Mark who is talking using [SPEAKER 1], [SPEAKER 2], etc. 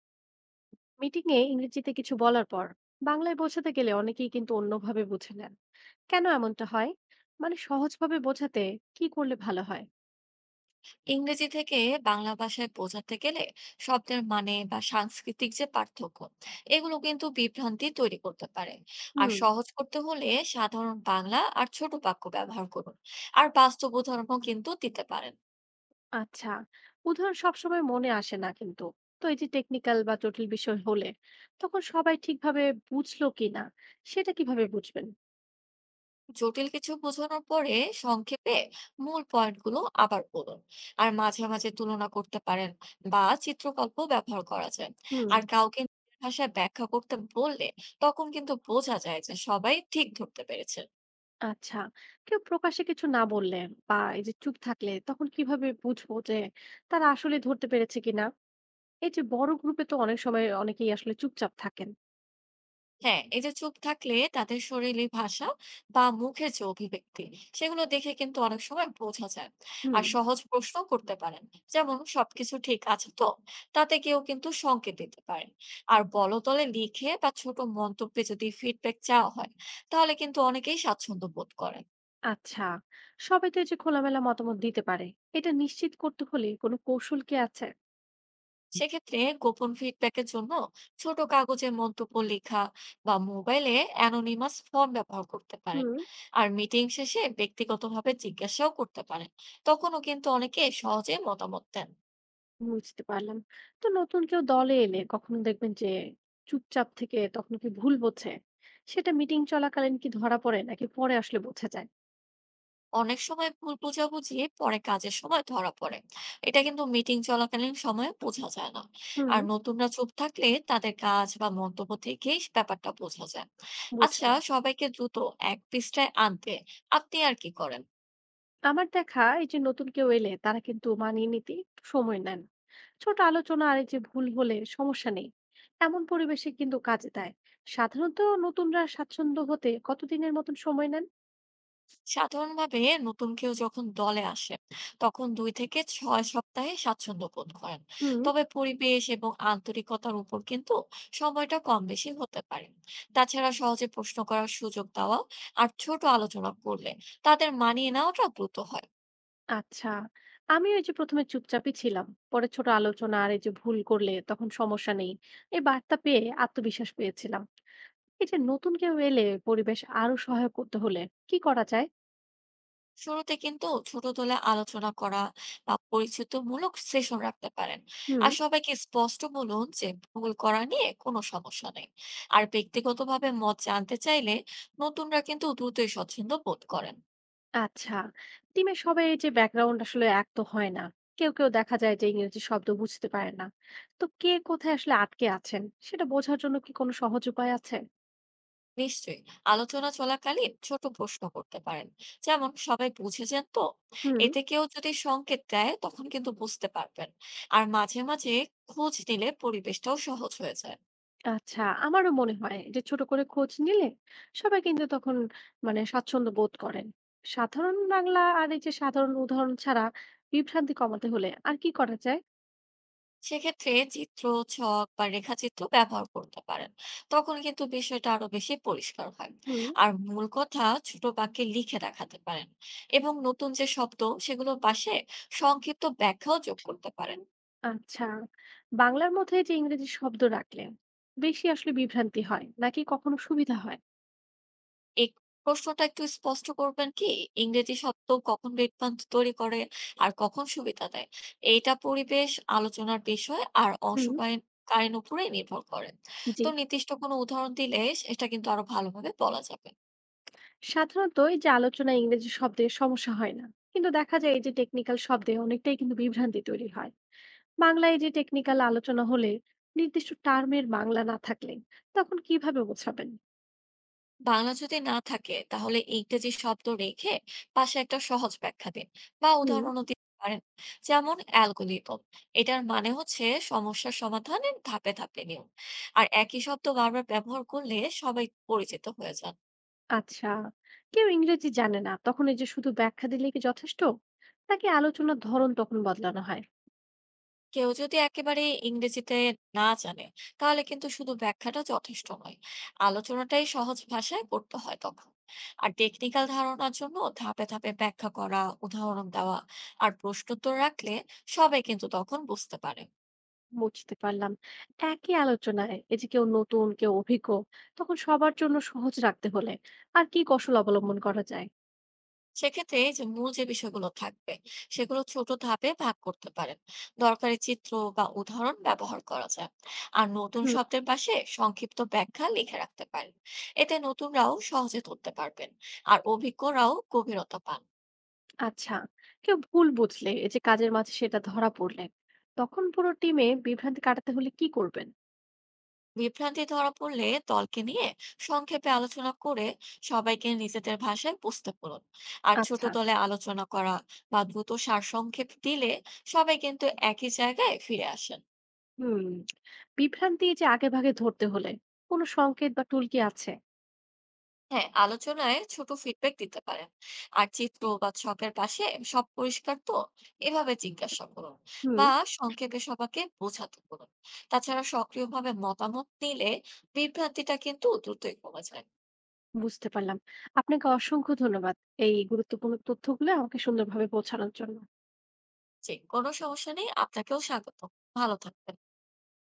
[SPEAKER 1] Meeting এ ইংরেজিতে কিছু বলার পর বাংলায় বোঝাতে গেলে অনেকেই কিন্তু অন্যভাবে বুঝে নেন। কেন এমনটা হয়? মানে সহজভাবে বোঝাতে কি করলে ভালো হয়?
[SPEAKER 2] ইংরেজি থেকে বাংলা ভাষায় বোঝাতে গেলে শব্দের মানে বা সাংস্কৃতিক যে পার্থক্য, এগুলো কিন্তু বিভ্রান্তি তৈরি করতে পারে। আর
[SPEAKER 1] হুম।
[SPEAKER 2] সহজ করতে হলে সাধারণ বাংলা আর ছোট বাক্য ব্যবহার করুন। আর বাস্তব উদাহরণও কিন্তু দিতে পারেন।
[SPEAKER 1] আচ্ছা, উদাহরণ সবসময় মনে আসে না কিন্তু। তো এই যে টেকনিক্যাল বা জটিল বিষয় হলে, তখন সবাই ঠিকভাবে বুঝলো কিনা সেটা কিভাবে বুঝবেন?
[SPEAKER 2] জটিল কিছু বোঝানোর পরে সংক্ষেপে মূল পয়েন্টগুলো আবার বলুন। আর মাঝে মাঝে তুলনা করতে পারেন বা চিত্রকল্প ব্যবহার করা যায়।
[SPEAKER 1] হুম।
[SPEAKER 2] আর কাউকে নিজের ভাষায় ব্যাখ্যা করতে বললে তখন কিন্তু বোঝা যায় যে সবাই ঠিক ধরতে পেরেছে।
[SPEAKER 1] আচ্ছা, কেউ প্রকাশ্যে কিছু না বললে বা এই যে চুপ থাকলে তখন কিভাবে বুঝবো যে তারা আসলে ধরতে পেরেছে কিনা? এই যে বড় গ্রুপে তো অনেক সময় অনেকেই আসলে চুপচাপ থাকেন।
[SPEAKER 2] হ্যাঁ, এই যে চুপ থাকলে তাদের শরীরী ভাষা বা মুখের যে অভিব্যক্তি, সেগুলো দেখে কিন্তু অনেক সময় বোঝা যায়।
[SPEAKER 1] হুম।
[SPEAKER 2] আর সহজ প্রশ্ন করতে পারেন, যেমন সবকিছু ঠিক আছে তো। তাতে কেউ কিন্তু সংকেত দিতে পারেন। আর বলতলে লিখে বা ছোট মন্তব্যে যদি ফিডব্যাক চাওয়া হয়, তাহলে কিন্তু অনেকেই স্বাচ্ছন্দ্য বোধ করে।
[SPEAKER 1] আচ্ছা, সবাই তো এই যে খোলামেলা মতামত দিতে পারে, এটা নিশ্চিত করতে হলে কোনো কৌশল কি আছে?
[SPEAKER 2] সেক্ষেত্রে গোপন ফিডব্যাকের জন্য ছোট কাগজে মন্তব্য লেখা বা মোবাইলে অ্যানোনিমাস ফর্ম ব্যবহার করতে পারেন।
[SPEAKER 1] হুম।
[SPEAKER 2] আর মিটিং শেষে ব্যক্তিগতভাবে জিজ্ঞাসাও করতে পারেন। তখনও কিন্তু অনেকে সহজে মতামত দেন।
[SPEAKER 1] বুঝতে পারলাম। তো নতুন কেউ দলে এলে কখনো দেখবেন যে চুপচাপ থেকে তখন কি ভুল বোঝে, সেটা মিটিং চলাকালীন কি ধরা পড়ে নাকি পরে আসলে বোঝা যায়?
[SPEAKER 2] অনেক সময় ভুল বোঝাবুঝি পরে কাজের সময় ধরা পড়ে। এটা কিন্তু মিটিং চলাকালীন সময়ে বোঝা যায় না।
[SPEAKER 1] হুম।
[SPEAKER 2] আর নতুনরা চুপ থাকলে তাদের কাজ বা মন্তব্য থেকেই ব্যাপারটা বোঝা যায়। আচ্ছা,
[SPEAKER 1] বুঝলাম।
[SPEAKER 2] সবাইকে দ্রুত এক পৃষ্ঠায় আনতে আপনি আর কি করেন?
[SPEAKER 1] আমার দেখা এই যে নতুন কেউ এলে তারা কিন্তু মানিয়ে নিতে একটু সময় নেন। ছোট আলোচনা আর এই যে ভুল হলে সমস্যা নেই, এমন পরিবেশে কিন্তু কাজে দেয়। সাধারণত নতুনরা স্বাচ্ছন্দ্য হতে কতদিনের মতন সময় নেন?
[SPEAKER 2] সাধারণভাবে নতুন কেউ যখন দলে আসে তখন 2 থেকে 6 সপ্তাহে স্বাচ্ছন্দ্য বোধ করেন।
[SPEAKER 1] হুম।
[SPEAKER 2] তবে পরিবেশ এবং আন্তরিকতার উপর কিন্তু সময়টা কম বেশি হতে পারে। তাছাড়া সহজে প্রশ্ন করার সুযোগ দেওয়া আর ছোট আলোচনা করলে তাদের মানিয়ে নেওয়াটা দ্রুত হয়।
[SPEAKER 1] আচ্ছা, আমি ওই যে প্রথমে চুপচাপই ছিলাম, পরে ছোট আলোচনা আর এই যে ভুল করলে তখন সমস্যা নেই, এই বার্তা পেয়ে আত্মবিশ্বাস পেয়েছিলাম। এই যে নতুন কেউ এলে পরিবেশ আরো সহায়ক করতে হলে কি করা যায়?
[SPEAKER 2] শুরুতে কিন্তু ছোট দলে আলোচনা করা বা পরিচিতিমূলক সেশন রাখতে পারেন।
[SPEAKER 1] হুম।
[SPEAKER 2] আর সবাইকে স্পষ্ট বলুন যে ভুল করা নিয়ে কোনো সমস্যা নেই। আর ব্যক্তিগতভাবে মত জানতে চাইলে নতুনরা কিন্তু দ্রুতই স্বচ্ছন্দ বোধ করেন।
[SPEAKER 1] আচ্ছা, টিমের সবাই এই যে ব্যাকগ্রাউন্ড আসলে এক তো হয় না। কেউ কেউ দেখা যায় যে ইংরেজি শব্দ বুঝতে পারে না। তো কে কোথায় আসলে আটকে আছেন সেটা বোঝার জন্য কি কোনো সহজ উপায় আছে?
[SPEAKER 2] নিশ্চয়ই। আলোচনা চলাকালীন ছোট প্রশ্ন করতে পারেন, যেমন সবাই বুঝেছেন তো।
[SPEAKER 1] হুম।
[SPEAKER 2] এতে কেউ যদি সংকেত দেয় তখন কিন্তু বুঝতে পারবেন। আর মাঝে মাঝে খোঁজ নিলে পরিবেশটাও সহজ হয়ে যায়।
[SPEAKER 1] আচ্ছা, আমারও মনে হয় যে ছোট করে খোঁজ নিলে সবাই কিন্তু তখন মানে স্বাচ্ছন্দ্য বোধ করেন। সাধারণ বাংলা আর এই যে সাধারণ উদাহরণ ছাড়া বিভ্রান্তি কমাতে হলে আর কি করা যায়?
[SPEAKER 2] সেক্ষেত্রে চিত্র, ছক বা রেখাচিত্র ব্যবহার করতে পারেন। তখন কিন্তু বিষয়টা আরো বেশি পরিষ্কার হয়।
[SPEAKER 1] হুম।
[SPEAKER 2] আর মূল কথা ছোট বাক্যে লিখে দেখাতে পারেন, এবং নতুন যে শব্দ, সেগুলো পাশে সংক্ষিপ্ত ব্যাখ্যাও যোগ করতে পারেন।
[SPEAKER 1] আচ্ছা, বাংলার মধ্যে যে ইংরেজি শব্দ রাখলেন, বেশি আসলে বিভ্রান্তি হয় নাকি কখনো সুবিধা হয়?
[SPEAKER 2] এই প্রশ্নটা একটু স্পষ্ট করবেন কি? ইংরেজি শব্দ কখন বিভ্রান্তি তৈরি করে আর কখন সুবিধা দেয়? এইটা পরিবেশ, আলোচনার বিষয় আর
[SPEAKER 1] হুম।
[SPEAKER 2] অংশগ্রহণকারীর উপরে নির্ভর করে।
[SPEAKER 1] জি।
[SPEAKER 2] তো নির্দিষ্ট কোনো উদাহরণ দিলে এটা কিন্তু আরো ভালোভাবে বলা যাবে।
[SPEAKER 1] সাধারণত এই যে আলোচনায় ইংরেজি শব্দে সমস্যা হয় না, কিন্তু দেখা যায় এই যে টেকনিক্যাল শব্দে অনেকটাই কিন্তু বিভ্রান্তি তৈরি হয়। বাংলায় এই যে টেকনিক্যাল আলোচনা হলে, নির্দিষ্ট টার্মের বাংলা না থাকলে তখন কিভাবে বোঝাবেন?
[SPEAKER 2] বাংলা যদি না থাকে তাহলে ইংরেজি শব্দ রেখে পাশে একটা সহজ ব্যাখ্যা দিন, বা
[SPEAKER 1] হুম।
[SPEAKER 2] উদাহরণও দিতে পারেন। যেমন অ্যালগোরিদম, এটার মানে হচ্ছে সমস্যার সমাধানের ধাপে ধাপে নিয়ম। আর একই শব্দ বারবার ব্যবহার করলে সবাই পরিচিত হয়ে যান।
[SPEAKER 1] আচ্ছা, কেউ ইংরেজি জানে না তখন এই যে শুধু ব্যাখ্যা দিলে কি যথেষ্ট, নাকি আলোচনার ধরন তখন বদলানো হয়?
[SPEAKER 2] কেউ যদি একেবারে ইংরেজিতে না জানে, তাহলে কিন্তু শুধু ব্যাখ্যাটা যথেষ্ট নয়। আলোচনাটাই সহজ ভাষায় করতে হয় তখন। আর টেকনিক্যাল ধারণার জন্য ধাপে ধাপে ব্যাখ্যা করা, উদাহরণ দেওয়া আর প্রশ্নোত্তর রাখলে সবাই কিন্তু তখন বুঝতে পারে।
[SPEAKER 1] বুঝতে পারলাম। একই আলোচনায় এই যে কেউ নতুন কেউ অভিজ্ঞ, তখন সবার জন্য সহজ রাখতে হলে আর কি কৌশল অবলম্বন করা যায়?
[SPEAKER 2] সেক্ষেত্রে এই যে মূল যে বিষয়গুলো থাকবে, সেগুলো ছোট ধাপে ভাগ করতে পারেন। দরকারি চিত্র বা উদাহরণ ব্যবহার করা যায়। আর নতুন শব্দের পাশে সংক্ষিপ্ত ব্যাখ্যা লিখে রাখতে পারেন। এতে নতুনরাও সহজে ধরতে পারবেন আর অভিজ্ঞরাও গভীরতা পান।
[SPEAKER 1] আচ্ছা, কেউ ভুল বুঝলে এই যে কাজের মাঝে সেটা ধরা পড়লেন, তখন পুরো টিমে বিভ্রান্তি কাটাতে হলে কি করবেন?
[SPEAKER 2] বিভ্রান্তি ধরা পড়লে দলকে নিয়ে সংক্ষেপে আলোচনা করে সবাইকে নিজেদের ভাষায় বুঝতে বলুন। আর ছোট
[SPEAKER 1] আচ্ছা।
[SPEAKER 2] দলে আলোচনা করা বা দ্রুত সারসংক্ষেপ দিলে সবাই কিন্তু একই জায়গায় ফিরে আসেন।
[SPEAKER 1] হুম। বিভ্রান্তি এই যে আগে ভাগে ধরতে হলে কোনো সংকেত বা টুল কি আছে?
[SPEAKER 2] হ্যাঁ, আলোচনায় ছোট ফিডব্যাক দিতে পারেন। আর চিত্র বা ছকের পাশে সব পরিষ্কার তো, এভাবে জিজ্ঞাসা করুন।
[SPEAKER 1] হুম।
[SPEAKER 2] বা সংক্ষেপে সবাইকে বোঝাতে বলুন। তাছাড়া সক্রিয়ভাবে মতামত নিলে বিভ্রান্তিটা কিন্তু দ্রুতই কমে যায়।
[SPEAKER 1] বুঝতে পারলাম। আপনাকে অসংখ্য ধন্যবাদ এই গুরুত্বপূর্ণ তথ্যগুলো আমাকে সুন্দরভাবে পৌঁছানোর জন্য।
[SPEAKER 2] যে কোনো সমস্যা নেই, আপনাকেও স্বাগত। ভালো থাকবেন।